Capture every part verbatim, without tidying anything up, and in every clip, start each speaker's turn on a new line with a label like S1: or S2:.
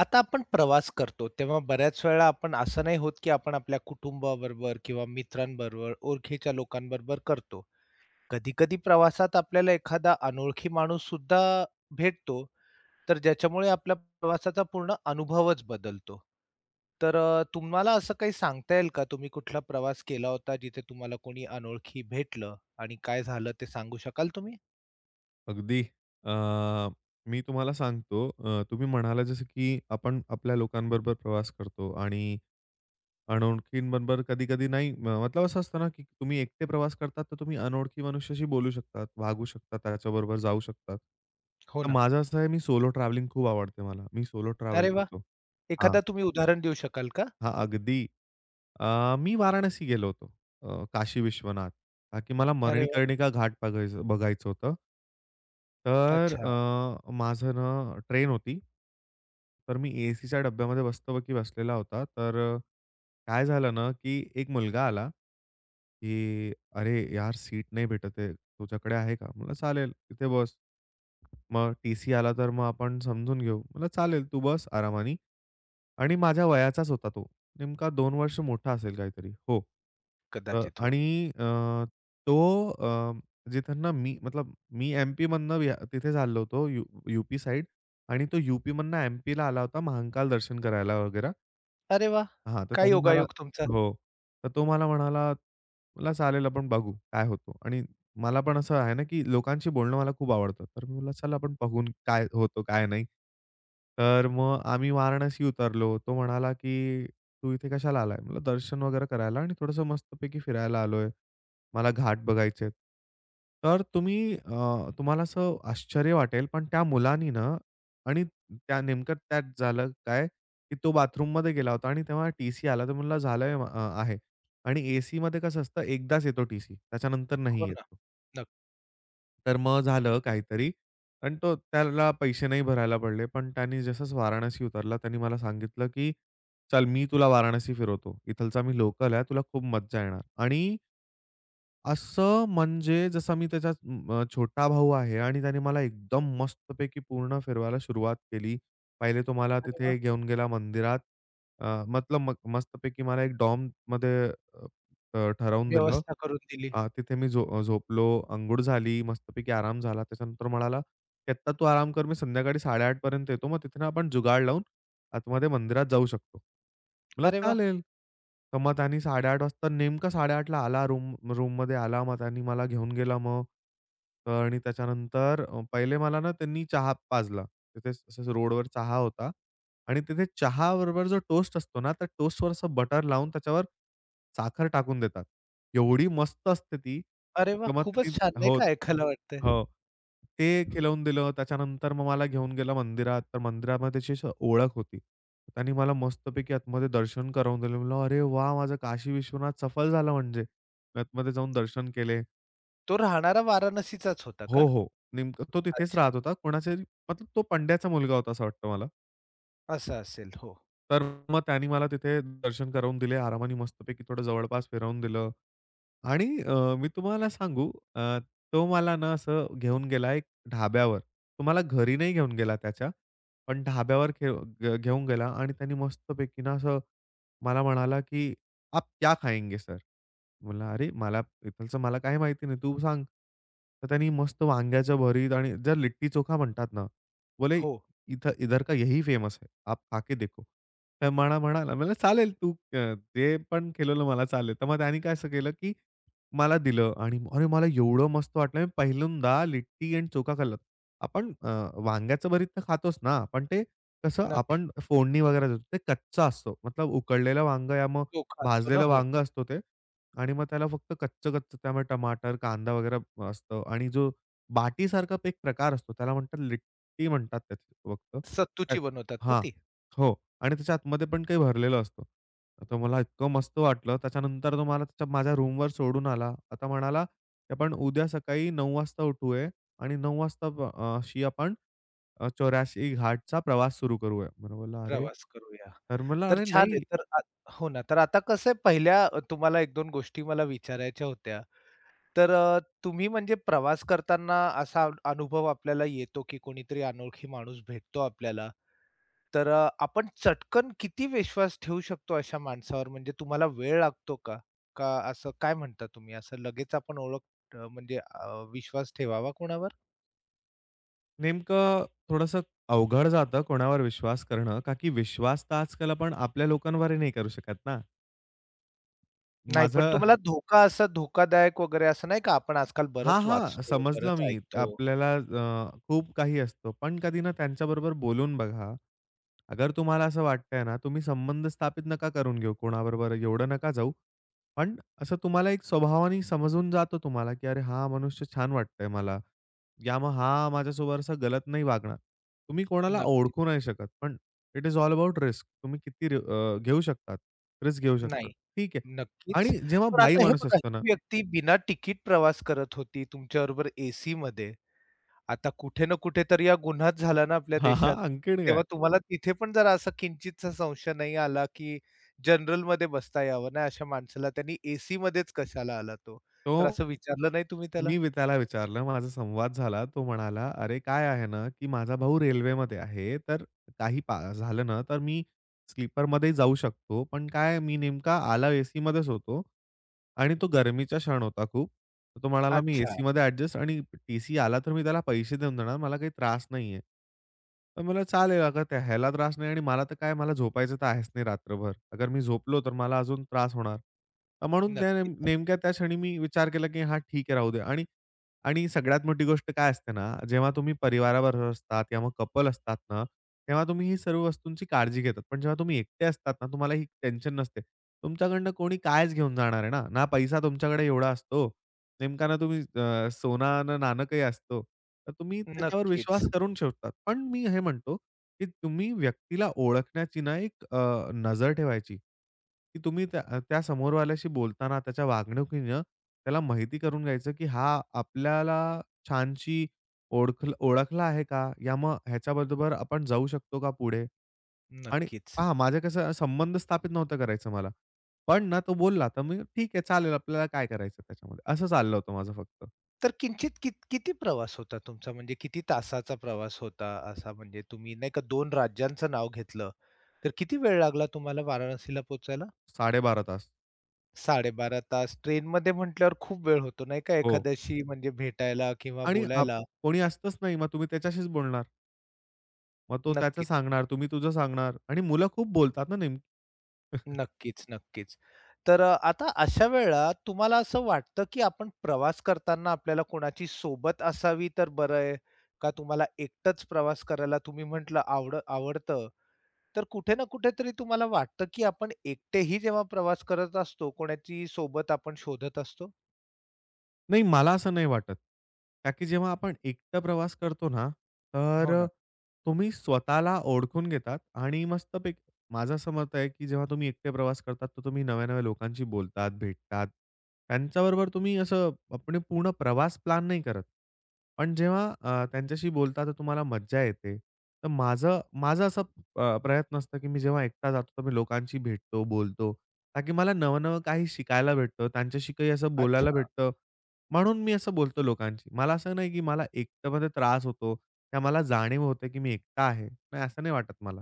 S1: आता आपण प्रवास करतो तेव्हा बऱ्याच वेळा आपण असं नाही होत, की आपण आपल्या कुटुंबाबरोबर किंवा मित्रांबरोबर, ओळखीच्या लोकांबरोबर करतो. कधी-कधी प्रवासात आपल्याला एखादा अनोळखी माणूस सुद्धा भेटतो, तर ज्याच्यामुळे आपल्या प्रवासाचा पूर्ण अनुभवच बदलतो. तर अ, तुम्हाला असं काही सांगता येईल का? तुम्ही कुठला प्रवास केला होता जिथे तुम्हाला कोणी अनोळखी भेटलं आणि काय झालं ते सांगू शकाल तुम्ही?
S2: अगदी. अ, मी तुम्हाला सांगतो, अ, तुम्ही म्हणाला जसं की आपण आपल्या लोकांबरोबर प्रवास करतो आणि अनोळखींबरोबर कधी-कधी नाही. म- मतलब असं असतं ना, की तुम्ही एकटे प्रवास करतात, तर तुम्ही अनोळखी मनुष्याशी बोलू शकतात, वागू शकतात, त्याच्याबरोबर जाऊ शकतात.
S1: हो
S2: तर
S1: ना.
S2: माझं असं आहे, मी सोलो ट्रॅव्हलिंग खूप आवडते मला. मी सोलो ट्रॅव्हल
S1: अरे वाह!
S2: करतो. हां.
S1: एखादा तुम्ही उदाहरण देऊ शकाल का?
S2: हां, अगदी. अ, मी वाराणसी गेलो होतो. अ, काशी विश्वनाथ. का की मला
S1: अरे वाह!
S2: मणिकर्णिका घाट बघायचं बघायचं होतं. तर
S1: अच्छा,
S2: अ, माझं ना ट्रेन होती. तर मी एसीच्या डब्यामध्ये मस्तपैकी बसलेला होता. तर अ, काय झालं ना, की एक मुलगा आला, की, "अरे यार, सीट नाही भेटत आहे. तुझ्याकडे आहे का?" म्हणलं, "चालेल, इथे बस." मग टीसी आला, तर मग आपण समजून घेऊ. म्हणलं, "चालेल, तू बस आरामानी." आणि माझ्या वयाचाच होता तो. नेमका दोन वर्ष मोठा असेल काहीतरी. हो. अ,
S1: कदाचित. हो.
S2: आणि अ, तो, अ, जिथनं मी मतलब मी एम-पीमधनं वि तिथे चाललो होतो. यू यू-पी साइड आणि तो यू-पीमधनं एम-पीला आला होता महाकाल दर्शन करायला वगैरे.
S1: अरे वाह!
S2: हां, तर
S1: काय
S2: त्यांनी मला
S1: योगायोग तुमचा.
S2: हो. तर तो मला म्हणाला, "मला चालेल आपण बघू काय होतो." आणि मला पण असं आहे ना, की लोकांशी बोलणं मला खूप आवडतं. तर मी म्हटलं, "चला आपण बघून काय होतो, काय नाही." तर मग आम्ही वाराणसी उतरलो. तो म्हणाला, की, "तू इथे कशाला आलाय?" म्हटलं, "दर्शन वगैरे करायला आणि थोडंसं मस्तपैकी फिरायला आलोय. मला घाट बघायचेत." तर तुम्ही अ, तुम्हाला असं आश्चर्य वाटेल, पण त्या मुलानी ना आणि त्या नेमकं त्यात झालं काय, की तो बाथरूममध्ये गेला होता आणि तेव्हा टी-सी आला. तर म्हणला झालंय अ, आहे. आणि एसीमध्ये कसं असतं, एकदाच येतो टीसी. सी त्याच्यानंतर
S1: हो
S2: नाही येत
S1: ना.
S2: तो.
S1: नक्की
S2: तर मग झालं काहीतरी आणि तो, त्याला पैसे नाही भरायला पडले. पण त्यानी जसंच वाराणसी उतरला, त्यानी मला सांगितलं, की, "चल मी तुला वाराणसी फिरवतो. इथलचा मी लोकल आहे. तुला खूप मज्जा येणार." आणि असं म्हणजे जसा मी त्याचा अ, छोटा भाऊ आहे आणि त्याने मला एकदम मस्तपैकी पूर्ण फिरवायला सुरुवात केली. पहिले तो मला
S1: वाह!
S2: तिथे घेऊन गेला मंदिरात. अ, मतलब मग मस्तपैकी मला एक डॉर्ममध्ये अ, अ, ठरवून दिलं.
S1: व्यवस्था करून दिली.
S2: अ, तिथे मी झो अ, झोपलो, अंघोळ झाली, मस्तपैकी आराम झाला. त्याच्यानंतर म्हणाला, "की आत्ता तू आराम कर, मी संध्याकाळी साडे आठ पर्यंत येतो. मग तिथे ना आपण जुगाड लावून आतमध्ये मंदिरात जाऊ शकतो." म्हटलं
S1: अरे वाह!
S2: चालेल. तर मग त्यांनी साडे आठ वाजता नेमका साडे आठ ला आला. रूम रूममध्ये आला. मग त्यांनी मला घेऊन गेला मग. आणि त्याच्यानंतर अ, पहिले मला ना त्यांनी चहा पाजला. तिथे असं रोडवर चहा होता. आणि तिथे चहाबरोबर जो टोस्ट असतो ना, त्या टोस्टवर असं बटर लावून त्याच्यावर साखर टाकून देतात. एवढी मस्त असते ती.
S1: अरे वाह!
S2: तर मग ती
S1: खूपच छान नाही
S2: हो.
S1: का ऐकायला वाटतंय.
S2: हो. ते खिलवून दिलं. त्याच्यानंतर मग मला घेऊन गेला मंदिरात. तर मंदिरामध्ये त्याची अशी ओळख होती. त्यांनी मला मस्तपैकी आतमध्ये दर्शन करवून दिलं. म्हणलं, "अरे वाह! माझं काशी विश्वनाथ सफल झालं म्हणजे." मी आतमध्ये जाऊन दर्शन केले.
S1: तो राहणारा वाराणसीचाच होता का?
S2: हो, हो. नेमकं तो तिथेच
S1: अच्छा.
S2: राहत होता. कोणाच्या मतलब तो पंड्याचा मुलगा होता असं वाटतं मला.
S1: असं असेल. हो.
S2: तर मग त्यांनी मला तिथे दर्शन करवून दिले. आरामाने मस्तपैकी थोडं जवळपास फिरवून दिलं. आणि अ, मी तुम्हाला सांगू अ, तो मला ना असं घेऊन गेला एक ढाब्यावर. तो मला घरी नाही घेऊन गेला त्याच्या. पण ढाब्यावर घेऊ घ घेऊन गेला आणि त्यानी मस्तपैकी ना असं मला म्हणाला, की, "आप क्या खाएंगे सर?" म्हणलं, "अरे मला इथलचं मला काही माहिती नाही, तू सांग." तर त्यांनी मस्त वांग्याच्या भरीत आणि जर लिट्टी चोखा म्हणतात ना, बोले,
S1: हो.
S2: "इथं इधर का यही फेमस है, आप खा के देखो." तर मला म्हणाला, म्हणलं, "चालेल तू, अ, ते पण खिलवलं मला चालेल." तर मग त्याने काय असं केलं, की मला दिलं आणि अरे, मला एवढं मस्त वाटलं. मी पहिल्यांदा लिट्टी आणि चोखा खाल्लं. आपण, अ, वांग्याचं भरीत तर खातोच ना, पण ते कसं
S1: नक्की.
S2: आपण फोडणी वगैरे देतो. ते कच्चा असतो. मतलब उकडलेलं वांग या मग
S1: चोखा असतो ना.
S2: भाजलेलं
S1: हो.
S2: वांग असतो ते. आणि मग त्याला फक्त कच्चं-कच्चं त्यामुळे टमाटर, कांदा वगैरे असतं. आणि जो बाटीसारखा एक प्रकार असतो, त्याला म्हणतात लिट्टी म्हणतात त्यात फक्त. त्यात
S1: सत्तूची बनवतात ना
S2: हां.
S1: ती?
S2: हो. आणि त्याच्या आतमध्ये पण काही भरलेलं असतं. तर मला इतकं मस्त वाटलं. त्याच्यानंतर तो मला त्याच्या माझ्या रूमवर सोडून आला. आता म्हणाला, की, "आपण उद्या सकाळी नऊ वाजता उठू आहे आणि नऊ वाजता प अशी आपण, अ, चौऱ्याऐंशी घाटचा प्रवास सुरू करूया." मला बोलला, "अरे!"
S1: प्रवास करूया.
S2: तर म्हणलं,
S1: तर
S2: "अरे
S1: छान आहे.
S2: नाही."
S1: तर आ हो ना. तर आता कसं आहे पहिल्या अ, तुम्हाला एक दोन गोष्टी मला विचारायच्या होत्या. तर अ, तुम्ही म्हणजे प्रवास करताना असा अनुभव आपल्याला येतो, की कोणीतरी अनोळखी माणूस भेटतो आपल्याला तर अ, आपण चटकन किती विश्वास ठेवू शकतो अशा माणसावर? म्हणजे तुम्हाला वेळ लागतो का? का असं काय म्हणता तुम्ही? असं लगेच आपण ओळख अ, म्हणजे अ, विश्वास ठेवावा कोणावर?
S2: नेमकं थोडंसं अवघड जातं कोणावर विश्वास करणं, का की विश्वास तर आजकाल आपण आपल्या लोकांवरही नाही करू शकत ना.
S1: नाही, पण
S2: माझं
S1: तुम्हाला धोका असा धोकादायक वगैरे असं नाही का आपण आजकाल
S2: हां,
S1: बरंच
S2: हां.
S1: वाचतो,
S2: समजलं
S1: बरंच
S2: मी.
S1: ऐकतो.
S2: आपल्याला, अ, खूप काही असतं. पण कधी ना त्यांच्याबरोबर बोलून बघा. अगर तुम्हाला असं वाटतंय ना, तुम्ही संबंध स्थापित नका करून घेऊ कोणाबरोबर, एवढं नका जाऊ. पण असं तुम्हाला एक स्वभावाने समजून जातो तुम्हाला, की, "अरे, हा मनुष्य छान वाटतंय मला. या मग हा माझ्यासोबत असं गलत नाही वागणार." तुम्ही कोणाला ओळखू
S1: नक्कीच.
S2: नाही शकत. पण it is all about risk. तुम्ही किती रि अ, घेऊ शकतात, रिस्क घेऊ
S1: नाही,
S2: शकतात. ठीक आहे.
S1: नक्कीच.
S2: आणि जेव्हा
S1: पण
S2: बाई
S1: आता हे
S2: माणूस
S1: बघा,
S2: असतो ना
S1: ही व्यक्ती बिना तिकीट प्रवास करत होती तुमच्याबरोबर एसीमध्ये. आता कुठे ना कुठे तर या गुन्हाच झाला ना आपल्या
S2: हां, हां.
S1: देशात.
S2: आणखीन काय.
S1: तेव्हा तुम्हाला तिथे पण जरा असा किंचितचा संशय नाही आला, की जनरलमध्ये बसता यावं ना अशा माणसाला, त्यांनी एसीमध्येच कशाला आला तो?
S2: तो,
S1: तर असं विचारलं नाही तुम्ही त्याला?
S2: मी वि त्याला विचारलं, माझा संवाद झाला. तो म्हणाला, "अरे काय आहे ना, की माझा भाऊ रेल्वेमध्ये आहे, तर काही पा झालं ना, तर मी स्लीपरमध्येही जाऊ शकतो. पण काय मी नेमका आला एसीमध्येच होतो आणि तो गरमीचा क्षण होता खूप." तर तो म्हणाला, "मी
S1: अच्छा.
S2: एसीमध्ये ॲडजस्ट आणि टीसी आला तर मी त्याला पैसे देऊन देणार. मला काही त्रास नाही आहे." तर मला चालेल, अगर त्या ह्याला त्रास नाही आणि मला तर काय, मला झोपायचं तर आहेच नाही रात्रभर. अगर मी झोपलो तर मला अजून त्रास होणार. अ, म्हणून त्या नेम
S1: नक्कीच,
S2: नेमक्या त्या क्षणी मी विचार केला, की, "हां, ठीक आहे, राहू दे." आणि आणि सगळ्यात मोठी गोष्ट काय असते ना, जेव्हा तुम्ही परिवाराबरोबर असतात किंवा मग कपल असतात ना, तेव्हा तुम्ही ही सर्व वस्तूंची काळजी घेतात. पण जेव्हा तुम्ही एकटे असतात ना, तुम्हाला ही टेन्शन नसते. तुमच्याकडनं कोणी कायच घेऊन जाणार आहे ना. ना पैसा तुमच्याकडे एवढा असतो, नेमका ना तुम्ही, अ, सोना ना नाणं काही असतो. तर तुम्ही त्याच्यावर
S1: नक्कीच,
S2: विश्वास करून ठेवतात. पण मी हे म्हणतो की तुम्ही व्यक्तीला ओळखण्याची ना एक, अ, नजर ठेवायची, की तुम्ही त्या त्या समोरवाल्याशी बोलताना त्याच्या वागणुकीनं त्याला माहिती करून घ्यायचं, की हा आपल्याला छानशी ओळख ओळखला आहे का? या मग ह्याच्याबरोबर आपण जाऊ शकतो का पुढे? आणि
S1: नक्कीच.
S2: पहा माझं कसं संबंध स्थापित नव्हतं करायचं मला. पण ना तो बोलला, तर मी ठीक आहे चालेल आपल्याला काय करायचं त्याच्यामध्ये. असं चाललं होतं माझं फक्त.
S1: तर किंचित कित किती प्रवास होता तुमचा? म्हणजे किती तासाचा प्रवास होता असा म्हणजे तुम्ही नाही का दोन राज्यांचं नाव घेतलं, तर किती वेळ लागला तुम्हाला वाराणसीला पोहोचायला?
S2: साडे बारा तास
S1: साडे बारा तास ट्रेनमध्ये म्हटल्यावर खूप वेळ होतो नाही का
S2: हो.
S1: एखाद्याशी म्हणजे भेटायला किंवा
S2: आणि आप
S1: बोलायला.
S2: कोणी असतंच नाही मग तुम्ही त्याच्याशीच बोलणार. मग तो त्याचं
S1: नक्कीच,
S2: सांगणार, तुम्ही तुझं सांगणार आणि मुलं खूप बोलतात ना नेमकी.
S1: नक्कीच, नक्कीच. तर अ, आता अशा वेळेला तुम्हाला असं वाटतं, की आपण प्रवास करताना आपल्याला कोणाची सोबत असावी तर बरं आहे? का तुम्हाला एकटंच प्रवास करायला तुम्ही म्हटलं आवड आवडतं. तर कुठे ना कुठेतरी तुम्हाला वाटतं, की आपण एकटेही जेव्हा प्रवास करत असतो, कोणाची सोबत आपण शोधत असतो?
S2: नाही, मला असं नाही वाटत. का की जेव्हा आपण एकटं प्रवास करतो ना, तर,
S1: हो
S2: अ,
S1: ना.
S2: तुम्ही स्वतःला ओळखून घेतात आणि मस्तपैकी माझं असं मत आहे, की जेव्हा तुम्ही एकटे प्रवास करतात, तर तुम्ही नव्या-नव्या लोकांशी बोलतात, भेटतात. त्यांच्याबरोबर तुम्ही असं आपण पूर्ण प्रवास प्लॅन नाही करत. पण जेव्हा अ, त्यांच्याशी बोलता, तर तुम्हाला मज्जा येते. तर माझं माझा असा, अ, प्रयत्न असतो, की मी जेव्हा एकटा जातो, तर मी लोकांशी भेटतो, बोलतो. का मला नवं-नवं काही शिकायला भेटतं, त्यांच्याशी काही असं बोलायला
S1: अच्छा.
S2: भेटतं. म्हणून मी असं बोलतो लोकांशी. मला असं नाही, की मला एकटेमध्ये त्रास होतो, किंवा मला जाणीव होते, की मी एकटा आहे. नाही, असं नाही वाटत मला.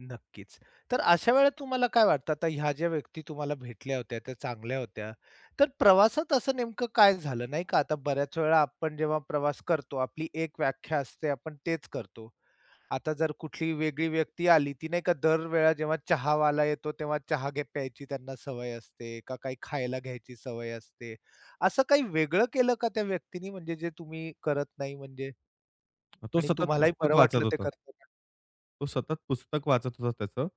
S1: नक्कीच. तर अशा वेळेला तुम्हाला काय वाटतं, आता ह्या ज्या व्यक्ती तुम्हाला भेटल्या होत्या, त्या चांगल्या होत्या. तर प्रवासात असं नेमकं काय झालं नाही का? आता बऱ्याच वेळा आपण जेव्हा प्रवास करतो, आपली एक व्याख्या असते, आपण तेच करतो. आता जर कुठली वेगळी व्यक्ती आली, ती नाही का दर वेळा जेव्हा चहावाला येतो, तेव्हा चहा घे प्यायची त्यांना सवय असते का काही खायला घ्यायची सवय असते. असं काही वेगळं केलं का त्या व्यक्तीनी म्हणजे जे तुम्ही करत नाही म्हणजे?
S2: तो
S1: आणि
S2: सतत
S1: तुम्हालाही
S2: पुस्तक
S1: बरं
S2: वाचत
S1: वाटलं ते
S2: होता.
S1: करताना?
S2: तो सतत पुस्तक वाचत होता त्याचं.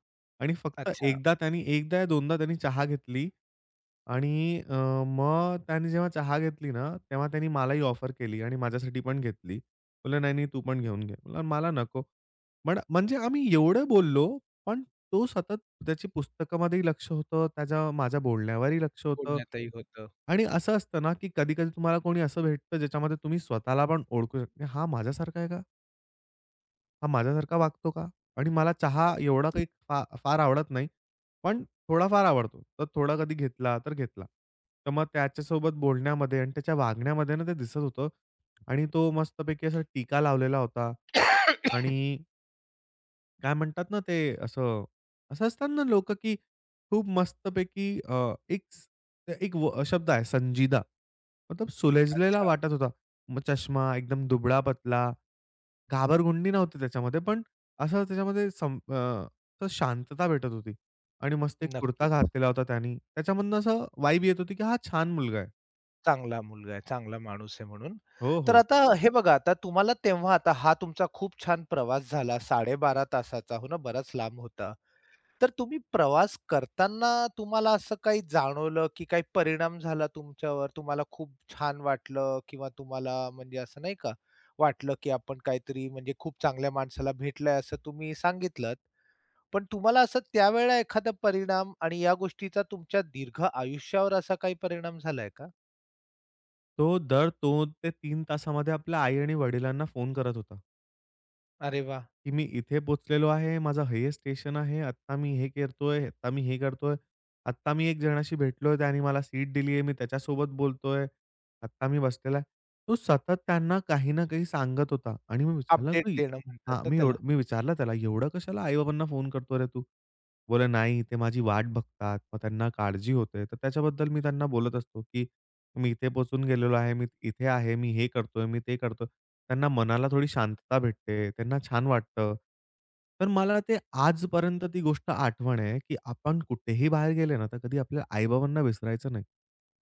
S2: आणि फक्त
S1: अच्छा.
S2: एकदा त्यानी एकदा या दोनदा त्यानी चहा घेतली. आणि अ, मग त्याने जेव्हा चहा घेतली ना, तेव्हा त्यानी मलाही ऑफर केली आणि माझ्यासाठी पण घेतली. बोलला, "नाही, नाही, तू पण घेऊन घे." म्हटलं, "मला नको." पण म्हणजे आम्ही एवढं बोललो, पण तो सतत त्याची पुस्तकामध्येही लक्ष होतं, त्याच्या माझ्या बोलण्यावरही लक्ष होतं.
S1: बोलण्यातही होतं.
S2: आणि असं असतं ना, की कधी-कधी तुम्हाला कोणी असं भेटतं, ज्याच्यामध्ये तुम्ही स्वतःला पण ओळखू शकता, "हा माझ्यासारखा आहे का? हा माझ्यासारखा वागतो का?" आणि मला चहा एवढा काही फा फार आवडत नाही, पण थोडाफार आवडतो. तर थोडा कधी घेतला तर घेतला. तर मग त्याच्यासोबत बोलण्यामध्ये आणि त्याच्या वागण्यामध्ये ना ते दिसत होतं. आणि तो मस्तपैकी असा टीका लावलेला होता. आणि काय म्हणतात ना ते, असं असं असतात ना लोकं, की खूप मस्तपैकी, अ, एक स- एक व शब्द आहे संजीदा. मतलब सुलझलेला
S1: अच्छा.
S2: वाटत होता. मग चष्मा एकदम दुबळा-पतला. घाबरगुंडी नव्हती त्याच्यामध्ये, पण असं त्याच्यामध्ये सम अ, असं शांतता भेटत होती. आणि मस्त एक कुर्ता
S1: नक्कीच.
S2: घातलेला होता त्यानी. त्याच्यामधनं असं वाइब येत होती, की हा छान मुलगा आहे.
S1: चांगला मुलगा आहे, चांगला माणूस आहे म्हणून.
S2: हो,
S1: तर
S2: हो.
S1: आता हे बघा, आता तुम्हाला तेव्हा आता हा तुमचा खूप छान प्रवास झाला साडे बारा तासाचा, हो ना, बराच लांब होता. तर तुम्ही प्रवास करताना तुम्हाला असं काही जाणवलं, की काही परिणाम झाला तुमच्यावर? तुम्हाला खूप छान वाटलं किंवा तुम्हाला म्हणजे असं नाही का, वाटलं की आपण काहीतरी म्हणजे खूप चांगल्या माणसाला भेटलंय असं तुम्ही सांगितलंत. पण तुम्हाला असं त्यावेळेला एखादा परिणाम आणि या गोष्टीचा तुमच्या दीर्घ आयुष्यावर असा काही परिणाम झालाय का?
S2: तो दर दोन ते तीन तासामध्ये आपल्या आई आणि वडिलांना फोन करत होता,
S1: अरे वा,
S2: की, "मी इथे पोहोचलेलो आहे. माझं हे स्टेशन आहे. आत्ता मी हे करतोय, आत्ता मी हे करतोय. आत्ता मी एक जणाशी भेटलोय, त्याने मला सीट दिली आहे. मी त्याच्यासोबत बोलतोय. आत्ता मी बसलेला आहे." तो सतत त्यांना काही ना काही सांगत होता आणि मी विचारलं,
S1: अपडेट
S2: "तू"
S1: देणं म्हणतात
S2: हां,
S1: ना
S2: मी
S1: त्याला.
S2: एवढं मी विचारलं त्याला, "एवढं कशाला आई फोन करतो रे तू?" बोलला, "नाही, ते माझी वाट बघतात. मग त्यांना काळजी होते." तर त्याच्याबद्दल मी त्यांना बोलत असतो की, "मी इथे पोहचून गेलेलो आहे, मी इथे आहे, मी हे करतोय, मी ते करतोय." त्यांना मनाला थोडी शांतता भेटते, त्यांना छान वाटतं. तर मला ते आजपर्यंत ती गोष्ट आठवण आहे, की आपण कुठेही बाहेर गेले ना, तर कधी आपल्या आई-बाबांना विसरायचं नाही.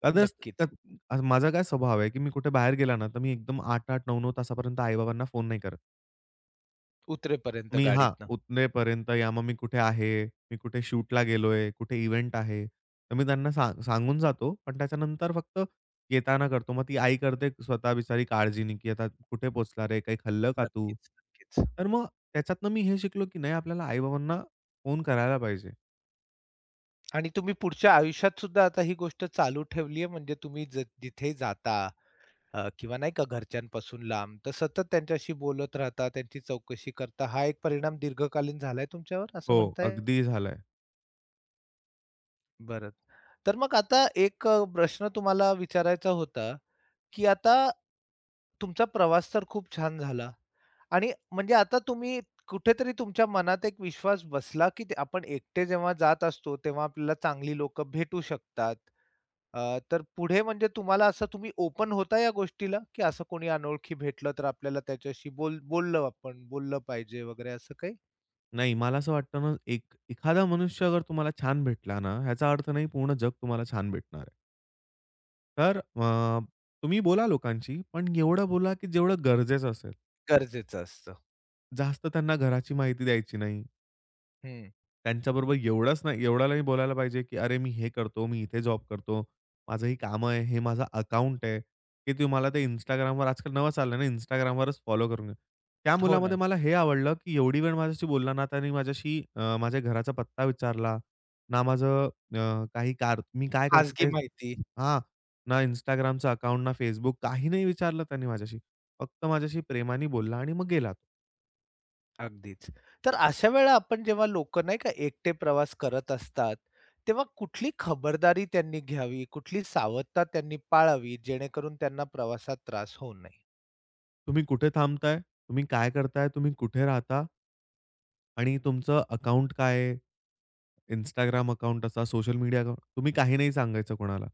S2: कदाच
S1: नक्कीच.
S2: क- आज माझा काय स्वभाव आहे, की मी कुठे बाहेर गेला ना, तर मी एकदम आठ आठ, नऊ नऊ तासापर्यंत आई फोन नाही करत.
S1: उतरेपर्यंत
S2: मी हां,
S1: गाडीतनं.
S2: उतनेपर्यंत या मग मी कुठे आहे, मी कुठे शूटला गेलोय, कुठे इव्हेंट आहे. तर मी त्यांना सांग सांगून जातो. पण त्याच्यानंतर फक्त येताना करतो. मग ती आई करते स्वतः बिचारी काळजीने, की, "आता कुठे पोचला रे? काही खाल्लं का तू?"
S1: नक्कीच, नक्कीच.
S2: तर मग त्याच्यातनं मी हे शिकलो, की नाही आपल्याला आई फोन करायला पाहिजे.
S1: आणि तुम्ही पुढच्या आयुष्यात सुद्धा आता ही गोष्ट चालू ठेवली आहे म्हणजे तुम्ही ज जिथे जाता अ, किंवा नाही का घरच्यांपासून लांब, तर सतत त्यांच्याशी बोलत राहता, त्यांची चौकशी करता. हा एक परिणाम दीर्घकालीन झालाय तुमच्यावर असं
S2: हो.
S1: म्हणता
S2: अगदी झालंय.
S1: बरं. तर मग आता एक अ, प्रश्न तुम्हाला विचारायचा होता की आता तुमचा प्रवास तर खूप छान झाला आणि म्हणजे आता तुम्ही कुठेतरी तुमच्या मनात एक विश्वास बसला, की ते आपण एकटे जेव्हा जात असतो, तेव्हा आपल्याला चांगली लोकं भेटू शकतात. अ, तर पुढे म्हणजे तुम्हाला असं तुम्ही ओपन होता या गोष्टीला, की असं कोणी अनोळखी भेटलं तर आपल्याला त्याच्याशी बोल बोललं आपण बोललं पाहिजे वगैरे असं काही?
S2: नाही मला असं वाटतं ना, एक एखादा मनुष्य अगर तुम्हाला छान भेटला ना, ह्याचा अर्थ नाही पूर्ण जग तुम्हाला छान भेटणार आहे. तर, अ, तुम्ही बोला लोकांशी, पण एवढं बोला की जेवढं गरजेचं असेल.
S1: गरजेचं असतं.
S2: जास्त त्यांना घराची माहिती द्यायची नाही.
S1: हं.
S2: त्यांच्याबरोबर एवढाच नाही एवढ्यालाही बोलायला पाहिजे, की, "अरे, मी हे करतो, मी इथे जॉब करतो. माझं ही कामं आहे. हे माझं अकाउंट आहे, की तुम्हाला ते Instagramवर आजकाल नवं चाललं ना Instagramवरच फॉलो करून घ्या." त्या
S1: हो ना.
S2: मुलामध्ये मला हे आवडलं, की एवढी वेळ माझ्याशी बोलला ना, त्याने माझ्याशी, अ, माझ्या घराचा पत्ता विचारला, ना माझं, अ, काही कार मी काय करतो
S1: खाजगी
S2: ते
S1: माहिती.
S2: हां, ना Instagramचं अकाउंट, ना Facebook काही नाही विचारलं त्याने माझ्याशी. फक्त माझ्याशी प्रेमाने बोलला आणि मग गेला.
S1: अगदीच. तर अशा वेळेला आपण जेव्हा लोकं नाही का एकटे प्रवास करत असतात, तेव्हा कुठली खबरदारी त्यांनी घ्यावी, कुठली सावधता त्यांनी पाळावी, जेणेकरून त्यांना प्रवासात त्रास होऊ नये?
S2: "तुम्ही कुठे थांबताय? तुम्ही काय करताय? तुम्ही कुठे राहता? आणि तुमचं अकाउंट काय आहे?" Instagram अकाउंट असा, सोशल मीडिया अकाउंट तुम्ही काही नाही सांगायचं कोणाला.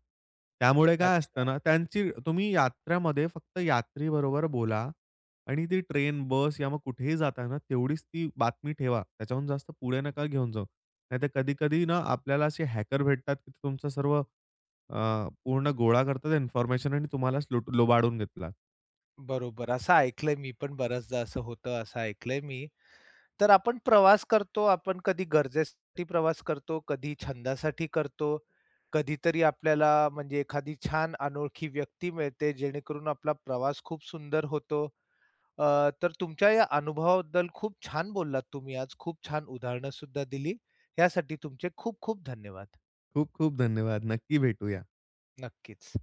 S2: त्यामुळे काय असतं
S1: अच्छा.
S2: ना, त्यांची तुम्ही यात्रामध्ये फक्त यात्रीबरोबर बोला आणि ती ट्रेन, बस या मग कुठेही जाताय ना, तेवढीच ती बातमी ठेवा. त्याच्याहून जास्त पुढे नका घेऊन जाऊ. नाहीतर कधी-कधी ना, आपल्याला असे हॅकर भेटतात, की ते तुमचं सर्व, अ, पूर्ण गोळा करतात इन्फॉर्मेशन आणि तुम्हालाच लुट लुबाडून घेतला.
S1: बरोबर. असं ऐकलंय मी पण बऱ्याचदा असं होतं, असं ऐकलंय मी. तर आपण प्रवास करतो, आपण कधी गरजेसाठी प्रवास करतो, कधी छंदासाठी करतो, कधीतरी आपल्याला म्हणजे एखादी छान अनोळखी व्यक्ती मिळते, जेणेकरून आपला प्रवास खूप सुंदर होतो. अ, तर तुमच्या या अनुभवाबद्दल खूप छान बोललात तुम्ही आज. खूप छान उदाहरणं सुद्धा दिली. यासाठी तुमचे खूप खूप धन्यवाद.
S2: खूप खूप धन्यवाद. नक्की भेटूया.
S1: नक्कीच.